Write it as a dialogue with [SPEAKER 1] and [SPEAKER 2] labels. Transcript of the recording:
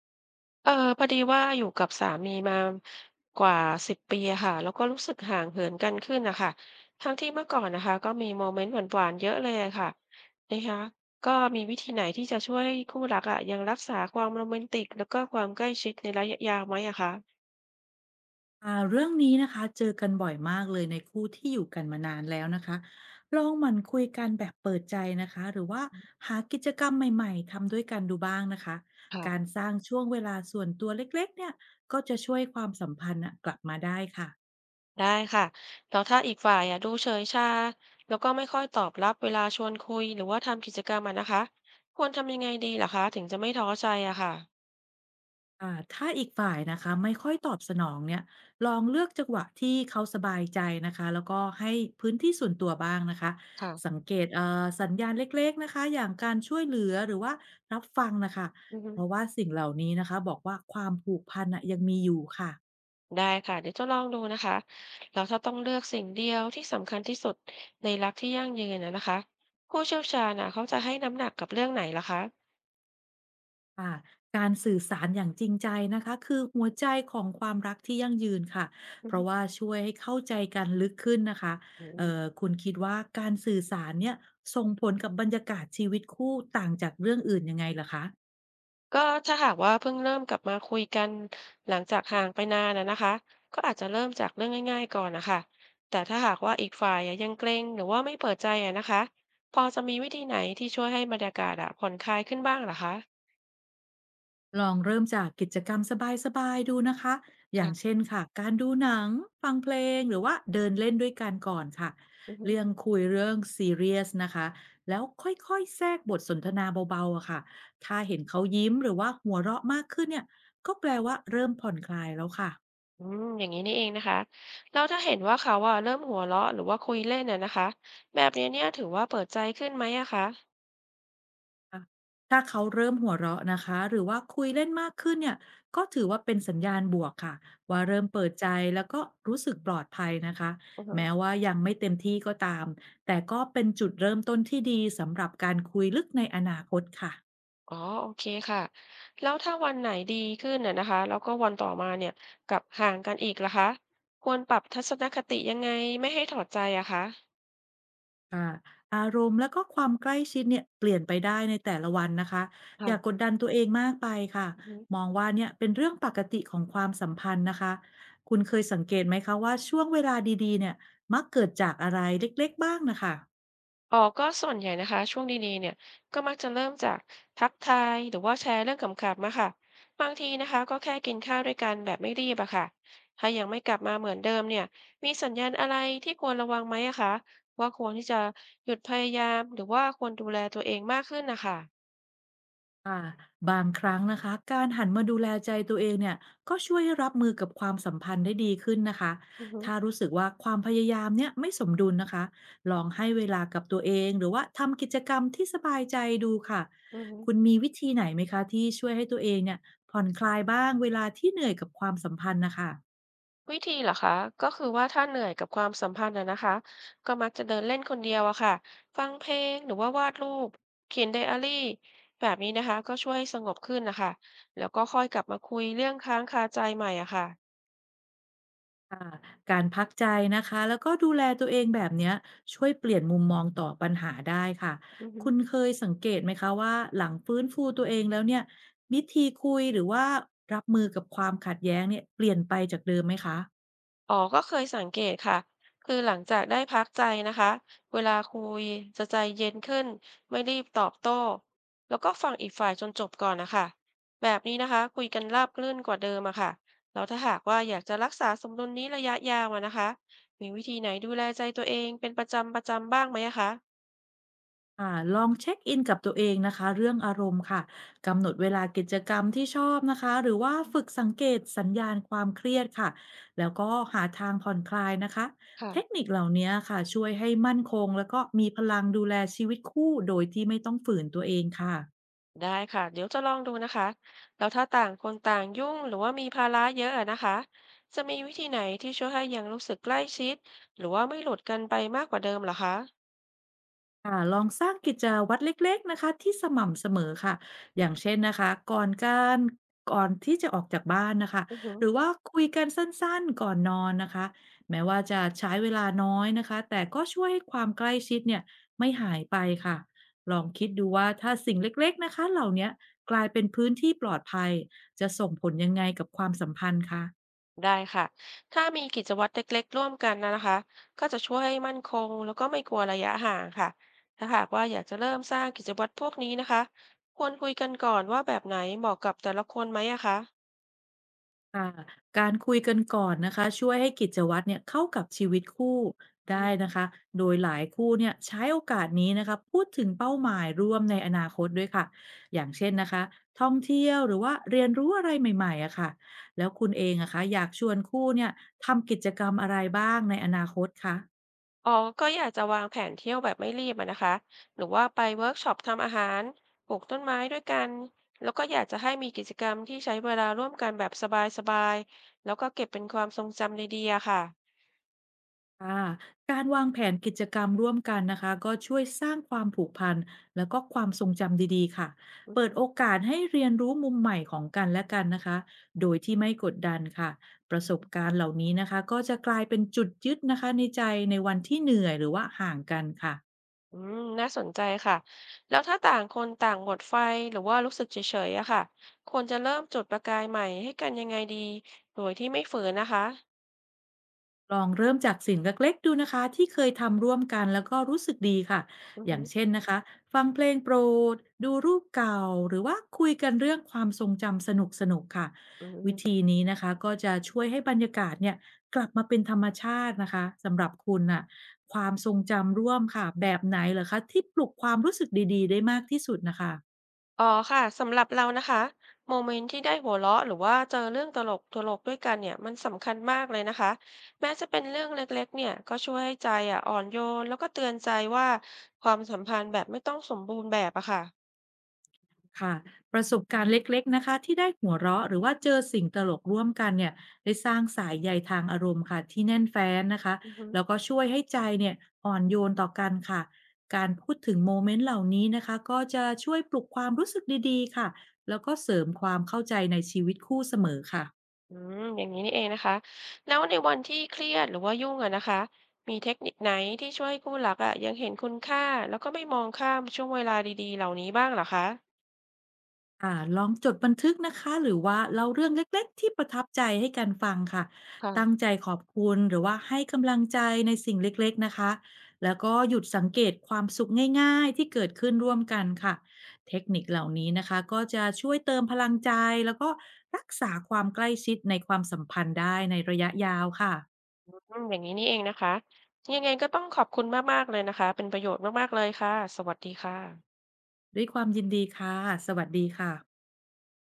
[SPEAKER 1] เออพอดีว่าอยู่กับสามีมากว่า10ปีอะค่ะแล้วก็รู้สึกห่างเหินกันขึ้นนะคะทั้งที่เมื่อก่อนนะคะก็มีโมเมนต์หวานๆเยอะเลยอะค่ะนะคะก็มีวิธีไหนที่จะช่วยคู่รักอะยังรักษาความโรแมนติกแล้วก็ความใกล้ชิดในระยะยาวไหมอะคะ
[SPEAKER 2] เรื่องนี้นะคะเจอกันบ่อยมากเลยในคู่ที่อยู่กันมานานแล้วนะคะลองหมั่นคุยกันแบบเปิดใจนะคะหรือว่าหากิจกรรมใหม่ๆทำด้วยกันดูบ้างนะคะการ
[SPEAKER 1] ค่ะ
[SPEAKER 2] สร้างช่วงเวลาส่วนตัวเล็กๆเนี่ยก็จะช่วยความสัมพันธ์น่ะกลับมาได้ค่ะ
[SPEAKER 1] ได้ค่ะแล้วถ้าอีกฝ่ายอะดูเฉยชาแล้วก็ไม่ค่อยตอบรับเวลาชวนคุยหรือว่าทำกิจกรรมอะนะคะควรทำยังไงดีล่ะคะถึงจะไม่ท้อใจอะค่ะ
[SPEAKER 2] ถ้าอีกฝ่ายนะคะไม่ค่อยตอบสนองเนี่ยลองเลือกจังหวะที่เขาสบายใจนะคะแล้วก็ให้พื้นที่ส่วนตัวบ้างนะคะ
[SPEAKER 1] ค่ะ
[SPEAKER 2] สังเกตสัญญาณเล็กๆนะคะอย่างการช่วยเหลือหรือว่ารับฟังนะคะ
[SPEAKER 1] อือฮึ
[SPEAKER 2] เพราะว่าสิ่งเหล่านี้นะคะบอกว่าความผูกพันน่ะยังมีอยู่ค่ะ
[SPEAKER 1] ได้ค่ะเดี๋ยวจะลองดูนะคะแล้วถ้าต้องเลือกสิ่งเดียวที่สำคัญที่สุดในรักที่ยั่งยืนนะนะคะผู้เชี่ยวชาญนะเขาจะให้น้ำหนักกับเรื่องไหนล่ะคะ
[SPEAKER 2] ค่ะการสื่อสารอย่างจริงใจนะคะคือหัวใจของความรักที่ยั่งยืนค่ะ
[SPEAKER 1] อื
[SPEAKER 2] เพราะ
[SPEAKER 1] ม
[SPEAKER 2] ว่าช่วยให้เข้าใจกันลึกขึ้นนะคะ
[SPEAKER 1] อืม
[SPEAKER 2] คุณคิดว่าการสื่อสารเนี่ยส่งผลกับบรรยากาศชีวิตคู่ต่างจากเรื่องอื่นยังไงเหรอคะ
[SPEAKER 1] ก็ถ้าหากว่าเพิ่งเริ่มกลับมาคุยกันหลังจากห่างไปนานนะนะคะก็อาจจะเริ่มจากเรื่องง่ายๆก่อนนะคะแต่ถ้าหากว่าอีกฝ่ายอะยังเกรงหรือว่าไม่เปิดใจอะนะคะพอจะมีวิธีไหนที่ช่วยให้บรรยากาศอะผ่อนคลายขึ้นบ้างเหรอคะ
[SPEAKER 2] ลองเริ่มจากกิจกรรมสบายๆดูนะคะ อย่างเช่
[SPEAKER 1] ค่
[SPEAKER 2] นค่ะ การดูหนัง ฟังเพลง หรือว่าเดินเล่นด้วยกันก่อนค่ะ เรื่อง
[SPEAKER 1] ะ
[SPEAKER 2] คุยเรื่องซีเรียสนะคะ แล้วค่อยๆแทรกบทสนทนาเบาๆอะค่ะ ถ้าเห็นเขายิ้มหรือว่าหัวเราะมากขึ้นเนี่ย ก็แปลว่าเริ่มผ่อนคลายแล้วค่ะ
[SPEAKER 1] อืมอย่างนี้นี่เองนะคะแล้วถ้าเห็นว่าเขาอะเริ่มหัวเราะหรือว่าคุยเล่นน่ะนะคะแบบนี้เนี่ยถือว่าเปิดใจขึ้นไหมอะคะ
[SPEAKER 2] ค่ะถ้าเขาเริ่มหัวเราะนะคะหรือว่าคุยเล่นมากขึ้นเนี่ยก็ถือว่าเป็นสัญญาณบวกค่ะ
[SPEAKER 1] อื
[SPEAKER 2] ว่า
[SPEAKER 1] อ
[SPEAKER 2] เริ่มเปิดใจแล้วก็รู้สึกปลอดภัยนะคะ
[SPEAKER 1] อือฮึ
[SPEAKER 2] แม้ว่ายังไม่เต็มที่ก็ตามแต่ก็เป็นจุดเริ่มต้นที่ดีสำหรับการคุยลึกในอนาคตค่ะ
[SPEAKER 1] อ๋อโอเคค่ะ แล้วถ้าวันไหนดีขึ้นน่ะนะคะแล้วก็วันต่อมาเนี่ยกลับห่างกันอีกล่ะคะควรปรับทัศนคติยังไงไม่ให้ถอดใจอะคะ
[SPEAKER 2] ค่ะอารมณ์แล้วก็ความใกล้ชิดเนี่ยเปลี่ยนไปได้ในแต่ละวันนะคะอย่าก
[SPEAKER 1] ค่ะ
[SPEAKER 2] ดดันตัวเองมากไปค่ะ
[SPEAKER 1] อือฮึ
[SPEAKER 2] มองว่าเนี่ยเป็นเรื่องปกติของความสัมพันธ์นะคะคุณเคยสังเกตไหมคะว่าช่วงเวลาดีๆเนี่ยมักเกิดจากอะไรเล็กๆบ้างนะคะ
[SPEAKER 1] อ๋อก็ส่วนใหญ่นะคะ ช่วงดีๆ เนี่ย ก็มักจะเริ่มจากทักทายหรือว่าแชร์เรื่องขำๆมาค่ะ บางทีนะคะ ก็แค่กินข้าวด้วยกันแบบไม่รีบอะค่ะถ้ายังไม่กลับมาเหมือนเดิมเนี่ยมีสัญญาณอะไรที่ควรระวังไหมอะคะ ว่าควรที่จะหยุดพยายาม หรือว่าควรดูแลตัวเองมากขึ้นนะคะ
[SPEAKER 2] ค่ะบางครั้งนะคะการหันมาดูแลใจตัวเองเนี่ยก็ช่วยให้รับมือกับความสัมพันธ์ได้ดีขึ้นนะคะ
[SPEAKER 1] อือฮึ
[SPEAKER 2] ถ้ารู้สึกว่าความพยายามเนี่ยไม่สมดุลนะคะลองให้เวลากับตัวเองหรือว่าทำกิจกรรมที่สบายใจดูค่ะ
[SPEAKER 1] อือฮึ
[SPEAKER 2] คุณมีวิธีไหนไหมคะที่ช่วยให้ตัวเองเนี่ยผ่อนคลายบ้างเวลาที่เหนื่อยกับความสัมพันธ์นะคะ
[SPEAKER 1] วิธีเหรอคะก็คือว่าถ้าเหนื่อยกับความสัมพันธ์อะนะคะก็มักจะเดินเล่นคนเดียวอะค่ะฟังเพลงหรือว่าวาดรูปเขียนไดอารี่แบบนี้นะคะก็ช่วยให้สงบขึ้นนะคะแล้วก็ค่อยกลับมาคุยเรื่องค้างคาใจใหม่อะค่ะ
[SPEAKER 2] ค่ะการพักใจนะคะแล้วก็ดูแลตัวเองแบบเนี้ยช่วยเปลี่ยนมุมมองต่อปัญหาได้ค่ะ
[SPEAKER 1] อือฮึ
[SPEAKER 2] คุณเคยสังเกตไหมคะว่าหลังฟื้นฟูตัวเองแล้วเนี่ยวิธีคุยหรือว่ารับมือกับความขัดแย้งเนี่ยเปลี่ยนไปจากเดิมไหมคะ
[SPEAKER 1] อ๋อก็เคยสังเกตค่ะคือหลังจากได้พักใจนะคะเวลาคุยจะใจเย็นขึ้นไม่รีบตอบโต้แล้วก็ฟังอีกฝ่ายจนจบก่อนนะคะแบบนี้นะคะคุยกันราบรื่นกว่าเดิมอะค่ะแล้วถ้าหากว่าอยากจะรักษาสมดุลนี้ระยะยาวอะนะคะมีวิธีไหนดูแลใจตัวเองเป็นประจำบ้างไหมอะคะ
[SPEAKER 2] ค่ะลองเช็คอินกับตัวเองนะคะเรื่องอารมณ์ค่ะกำหนดเวลากิจกรรมที่ชอบนะคะหรือว่าฝึกสังเกตสัญญาณความเครียดค่ะแล้วก็หาทางผ่อนคลายนะคะ
[SPEAKER 1] ค่ะ
[SPEAKER 2] เทคนิคเหล่านี้ค่ะช่วยให้มั่นคงแล้วก็มีพลังดูแลชีวิตคู่โดยที่ไม่ต้องฝืนตัวเองค่ะ
[SPEAKER 1] ได้ค่ะเดี๋ยวจะลองดูนะคะแล้วถ้าต่างคนต่างยุ่งหรือว่ามีภาระเยอะอะนะคะจะมีวิธีไหนที่ช่วยให้ยังรู้สึกใกล้ชิดหรือว่าไม่หลุดกันไปมากกว่าเดิมเหรอคะ
[SPEAKER 2] ค่ะลองสร้างกิจวัตรเล็กๆนะคะที่สม่ำเสมอค่ะอย่างเช่นนะคะก่อนที่จะออกจากบ้านนะคะ
[SPEAKER 1] อือฮึ
[SPEAKER 2] หรือว่าคุยกันสั้นๆก่อนนอนนะคะแม้ว่าจะใช้เวลาน้อยนะคะแต่ก็ช่วยให้ความใกล้ชิดเนี่ยไม่หายไปค่ะลองคิดดูว่าถ้าสิ่งเล็กๆนะคะเหล่าเนี้ยกลายเป็นพื้นที่ปลอดภัยจะส่งผลยังไงกับความสัมพันธ์คะ
[SPEAKER 1] ได้ค่ะถ้ามีกิจวัตรเล็กๆร่วมกันนะนะคะก็จะช่วยให้มั่นคงแล้วก็ไม่กลัวระยะห่างค่ะถ้าหากว่าอยากจะเริ่มสร้างกิจวัตรพวกนี้นะคะควรคุยกันก่อนว่าแบบไหนเหมาะกับแต่ละคนไหมอะคะ
[SPEAKER 2] ค่ะการคุยกันก่อนนะคะช่วยให้กิจวัตรเนี่ยเข้ากับชีวิตคู่ได้นะคะโดยหลายคู่เนี่ยใช้โอกาสนี้นะคะพูดถึงเป้าหมายร่วมในอนาคตด้วยค่ะอย่างเช่นนะคะท่องเที่ยวหรือว่าเรียนรู้อะไรใหม่ๆอะค่ะแล้วคุณเองอะคะอยากชวนคู่เนี่ยทำกิจกรรมอะไรบ้างในอนาคตคะ
[SPEAKER 1] อ๋อก็อยากจะวางแผนเที่ยวแบบไม่รีบอะนะคะหรือว่าไปเวิร์กช็อปทำอาหารปลูกต้นไม้ด้วยกันแล้วก็อยากจะให้มีกิจกรรมที่ใช้เวลาร่วมกันแบบสบายๆแล้วก็เก็บเป็นความทรงจำดีๆอะค่ะ
[SPEAKER 2] ค่ะการวางแผนกิจกรรมร่วมกันนะคะก็ช่วยสร้างความผูกพันแล้วก็ความทรงจำดีๆค่ะ
[SPEAKER 1] อือ
[SPEAKER 2] เปิด
[SPEAKER 1] ฮึ
[SPEAKER 2] โอกาสให้เรียนรู้มุมใหม่ของกันและกันนะคะโดยที่ไม่กดดันค่ะประสบการณ์เหล่านี้นะคะก็จะกลายเป็นจุดยึดนะคะในใจในวันที่เหนื่อยหรือว่าห่างกันค่ะ
[SPEAKER 1] อืมน่าสนใจค่ะแล้วถ้าต่างคนต่างหมดไฟหรือว่ารู้สึกเฉยๆอะค่ะควรจะเริ่มจุดประกายใหม่ให้กันยังไงดีโดยที่ไม่ฝืนนะคะ
[SPEAKER 2] ลองเริ่มจากสิ่งเล็กๆดูนะคะที่เคยทำร่วมกันแล้วก็รู้สึกดีค่ะ
[SPEAKER 1] อือ
[SPEAKER 2] อย่า
[SPEAKER 1] ฮึ
[SPEAKER 2] งเช่นนะคะฟังเพลงโปรดดูรูปเก่าหรือว่าคุยกันเรื่องความทรงจำสนุกๆค่ะ
[SPEAKER 1] อื
[SPEAKER 2] วิ
[SPEAKER 1] ม
[SPEAKER 2] ธีนี้นะคะก็จะช่วยให้บรรยากาศเนี่ยกลับมาเป็นธรรมชาตินะคะสำหรับคุณน่ะความทรงจำร่วมค่ะแบบไหนเหรอคะที่ปลุกความรู้สึกดีๆได้มากที่สุดนะคะ
[SPEAKER 1] อ๋อค่ะสำหรับเรานะคะโมเมนต์ที่ได้หัวเราะหรือว่าเจอเรื่องตลกตลกด้วยกันเนี่ยมันสำคัญมากเลยนะคะแม้จะเป็นเรื่องเล็กๆเนี่ยก็ช่วยให้ใจอ่ะอ่อนโยนแล้วก็เตือนใจว่าความสัมพันธ์แบบไม่ต้องสมบูรณ์แบบอะค่ะ
[SPEAKER 2] ค่ะประสบการณ์เล็กๆ นะคะที่ได้หัวเราะหรือว่าเจอสิ่งตลกร่วมกันเนี่ยได้สร้างสายใยทางอารมณ์ค่ะที่แน่นแฟ้นนะคะ
[SPEAKER 1] อือฮึ
[SPEAKER 2] แล้วก็ช่วยให้ใจเนี่ยอ่อนโยนต่อกันค่ะการพูดถึงโมเมนต์เหล่านี้นะคะก็จะช่วยปลุกความรู้สึกดีๆ ค่ะแล้วก็เสริมความเข้าใจในชีวิตคู่เสมอค่ะ
[SPEAKER 1] อืมอย่างนี้นี่เองนะคะแล้วในวันที่เครียดหรือว่ายุ่งอะนะคะมีเทคนิคไหนที่ช่วยให้คู่รักอะยังเห็นคุณค่าแล้วก็ไม่มองข้ามช่วงเวลาดีๆเหล่านี้บ้างเหรอคะ
[SPEAKER 2] ค่ะลองจดบันทึกนะคะหรือว่าเล่าเรื่องเล็กๆที่ประทับใจให้กันฟังค่ะตั้ง
[SPEAKER 1] ค่ะ
[SPEAKER 2] ใจขอบคุณหรือว่าให้กำลังใจในสิ่งเล็กๆนะคะแล้วก็หยุดสังเกตความสุขง่ายๆที่เกิดขึ้นร่วมกันค่ะเทคนิคเหล่านี้นะคะก็จะช่วยเติมพลังใจแล้วก็รักษาความใกล้ชิดในความสัมพันธ์ได้ในระยะยาวค่ะ
[SPEAKER 1] อืมอย่างนี้นี่เองนะคะ ยังไงก็ต้องขอบคุณมากๆเลยนะคะ เป็นประโยชน์มากๆเลยค่ะ สวัสดีค่ะ
[SPEAKER 2] ด้วยความยินดีค่ะสวัสดีค่ะ